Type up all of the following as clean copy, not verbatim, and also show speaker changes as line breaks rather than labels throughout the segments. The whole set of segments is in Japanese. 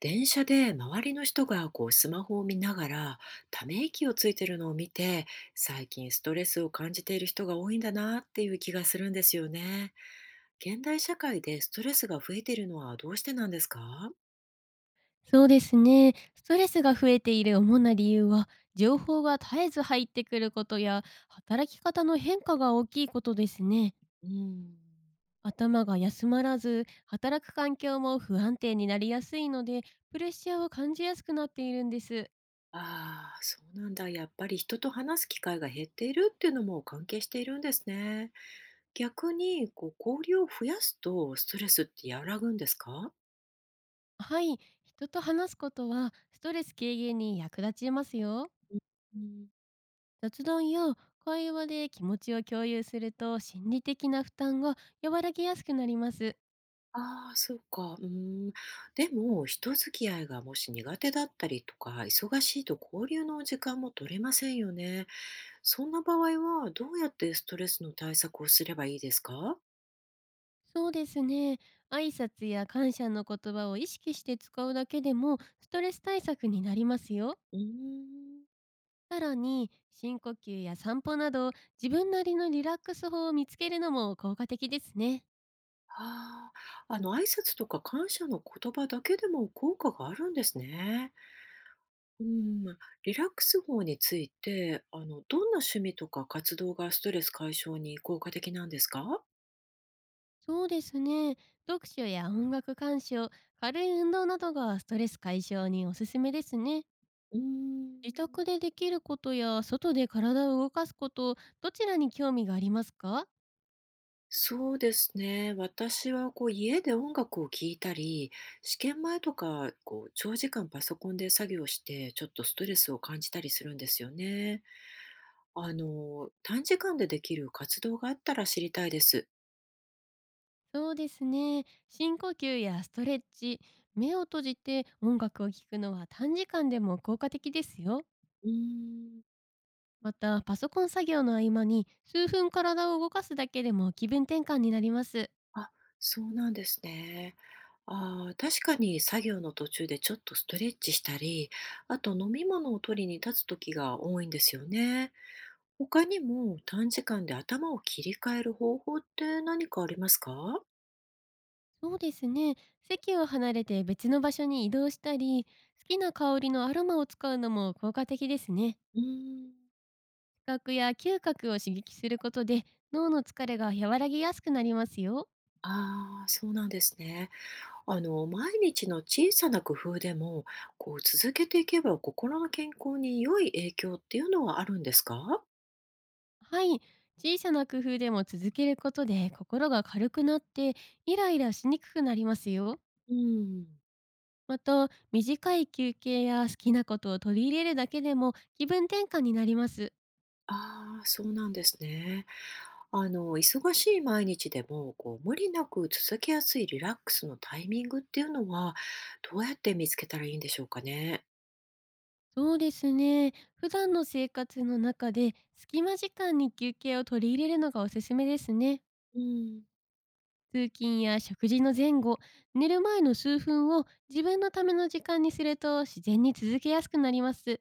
電車で周りの人がこうスマホを見ながらため息をついてるのを見て、最近ストレスを感じている人が多いんだなっていう気がするんですよね。現代社会でストレスが増えているのはどうしてなんですか？
そうですね。ストレスが増えている主な理由は、情報が絶えず入ってくることや、働き方の変化が大きいことですね。
うん。
頭が休まらず、働く環境も不安定になりやすいので、プレッシャーを感じやすくなっているんです。
ああ、そうなんだ。やっぱり人と話す機会が減っているっていうのも関係しているんですね。逆にこう交流を増やすとストレスって和らぐんですか？
はい、人と話すことは、ストレス軽減に役立ちますよ。
うん。
雑談や会話で気持ちを共有すると、心理的な負担が和らぎやすくなります。
ああ、そうか。うーん。でも、人付き合いがもし苦手だったりとか、忙しいと交流の時間も取れませんよね。そんな場合は、どうやってストレスの対策をすればいいですか？
そうですね。挨拶や感謝の言葉を意識して使うだけでもストレス対策になりますよ。
うーん。
さらに深呼吸や散歩など自分なりのリラックス法を見つけるのも効果的ですね。
ああ、挨拶とか感謝の言葉だけでも効果があるんですね。うん。リラックス法について、どんな趣味とか活動がストレス解消に効果的なんですか？
そうですね。読書や音楽鑑賞、軽い運動などがストレス解消におすすめですね。
うー
自
ん。
宅でできることや外で体を動かすこと、どちらに興味がありますか？
そうですね。私はこう家で音楽を聴いたり、試験前とかこう長時間パソコンで作業してちょっとストレスを感じたりするんですよね。短時間でできる活動があったら知りたいです。
そうですね。深呼吸やストレッチ、目を閉じて音楽を聴くのは短時間でも効果的ですよ。
うーん。
また、パソコン作業の合間に数分体を動かすだけでも気分転換になります。
あ、そうなんですね。あー、確かに作業の途中でちょっとストレッチしたり、あと飲み物を取りに立つ時が多いんですよね。他にも短時間で頭を切り替える方法って何かありますか？
そうですね。席を離れて別の場所に移動したり、好きな香りのアロマを使うのも効果的ですね。
うーん。
視覚や嗅覚を刺激することで脳の疲れが和らぎやすくなりますよ。
ああ、そうなんですね。毎日の小さな工夫でも、こう続けていけば心の健康に良い影響っていうのはあるんですか？
はい。小さな工夫でも続けることで心が軽くなってイライラしにくくなりますよ。
うん。
また、短い休憩や好きなことを取り入れるだけでも気分転換になります。
ああ、そうなんですね。忙しい毎日でも、こう無理なく続けやすいリラックスのタイミングっていうのは、どうやって見つけたらいいんでしょうかね。
そうですね。普段の生活の中で隙間時間に休憩を取り入れるのがおすすめですね。
うん。
通勤や食事の前後、寝る前の数分を自分のための時間にすると自然に続けやすくなります。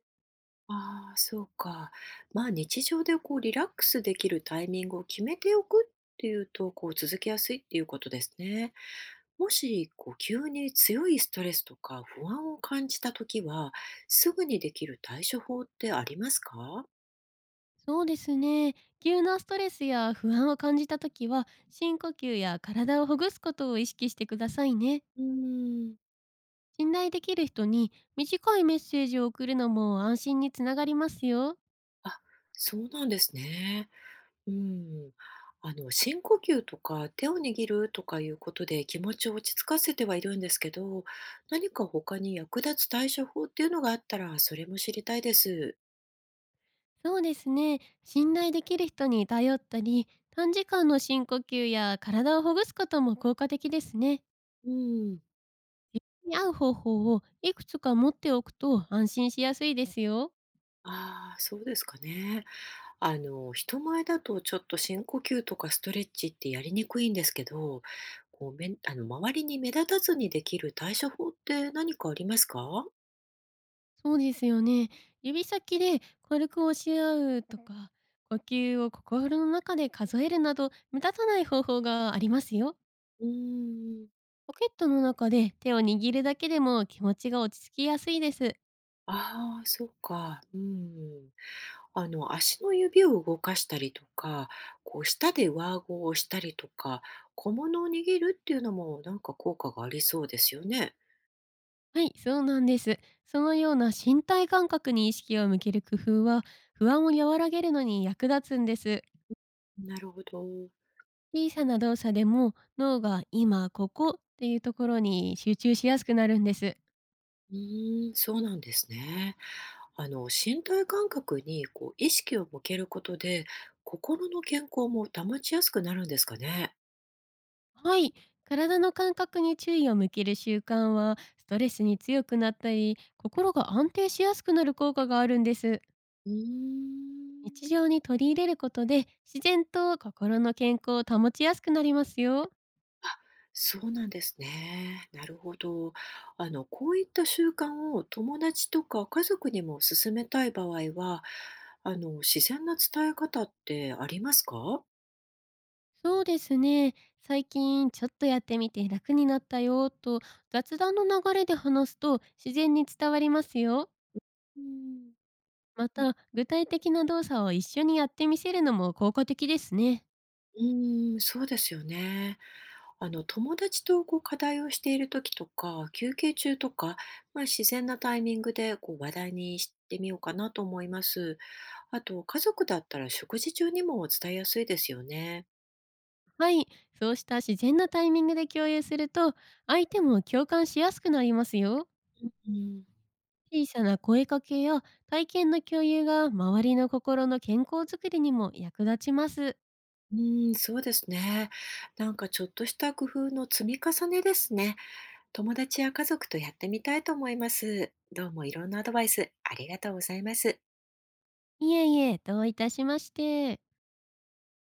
ああ、そうか。まあ日常でこうリラックスできるタイミングを決めておくっていうと、こう続けやすいっていうことですね。もし、こう急に強いストレスとか不安を感じたときは、すぐにできる対処法ってありますか？
そうですね。急なストレスや不安を感じたときは、深呼吸や体をほぐすことを意識してくださいね。
うーん。
信頼できる人に短いメッセージを送るのも安心につながりますよ。
あ、そうなんですね。うん。深呼吸とか手を握るとかいうことで気持ちを落ち着かせてはいるんですけど、何か他に役立つ対処法っていうのがあったら、それも知りたいです。
そうですね。信頼できる人に頼ったり、短時間の深呼吸や体をほぐすことも効果的ですね。
うん。
に合う方法をいくつか持っておくと安心しやすいですよ。
ああ、そうですかね。人前だとちょっと深呼吸とかストレッチってやりにくいんですけど、こうめんあの周りに目立たずにできる対処法って何かありますか？
そうですよね。指先で軽く押し合うとか、呼吸を心の中で数えるなど、目立たない方法がありますよ。
うーん。
ポケットの中で手を握るだけでも気持ちが落ち着きやすいです。
ああー、そうか。うん。足の指を動かしたりとか、こう、舌で上顎をしたりとか、小物を握るっていうのもなんか効果がありそうですよね。
はい、そうなんです。そのような身体感覚に意識を向ける工夫は、不安を和らげるのに役立つんです。
なるほど。
小さな動作でも脳が今、ここっていうところに集中しやすくなるんです。
うーん、そうなんですね。身体感覚にこう意識を向けることで、心の健康も保ちやすくなるんですかね。
はい。体の感覚に注意を向ける習慣は、ストレスに強くなったり、心が安定しやすくなる効果があるんです。
うー
日
ん。
常に取り入れることで、自然と心の健康を保ちやすくなりますよ。
そうなんですね。なるほど。こういった習慣を友達とか家族にも勧めたい場合は、自然な伝え方ってありますか？
そうですね。最近ちょっとやってみて楽になったよと雑談の流れで話すと自然に伝わりますよ。
うん、
ま
うん
た具体的な動作を一緒にやってみせるのも効果的ですね。
ーん、そうですよね。友達とこう課題をしている時とか、休憩中とか、まあ、自然なタイミングでこう話題にしてみようかなと思います。あと、家族だったら食事中にも伝えやすいですよね。
はい、そうした自然なタイミングで共有すると、相手も共感しやすくなりますよ。
うん。
小さな声かけや体験の共有が周りの心の健康づくりにも役立ちます。
うーん、そうですね。なんかちょっとした工夫の積み重ねですね。友達や家族とやってみたいと思います。どうもいろんなアドバイスありがとうございます。
いえいえ、どういたしまして。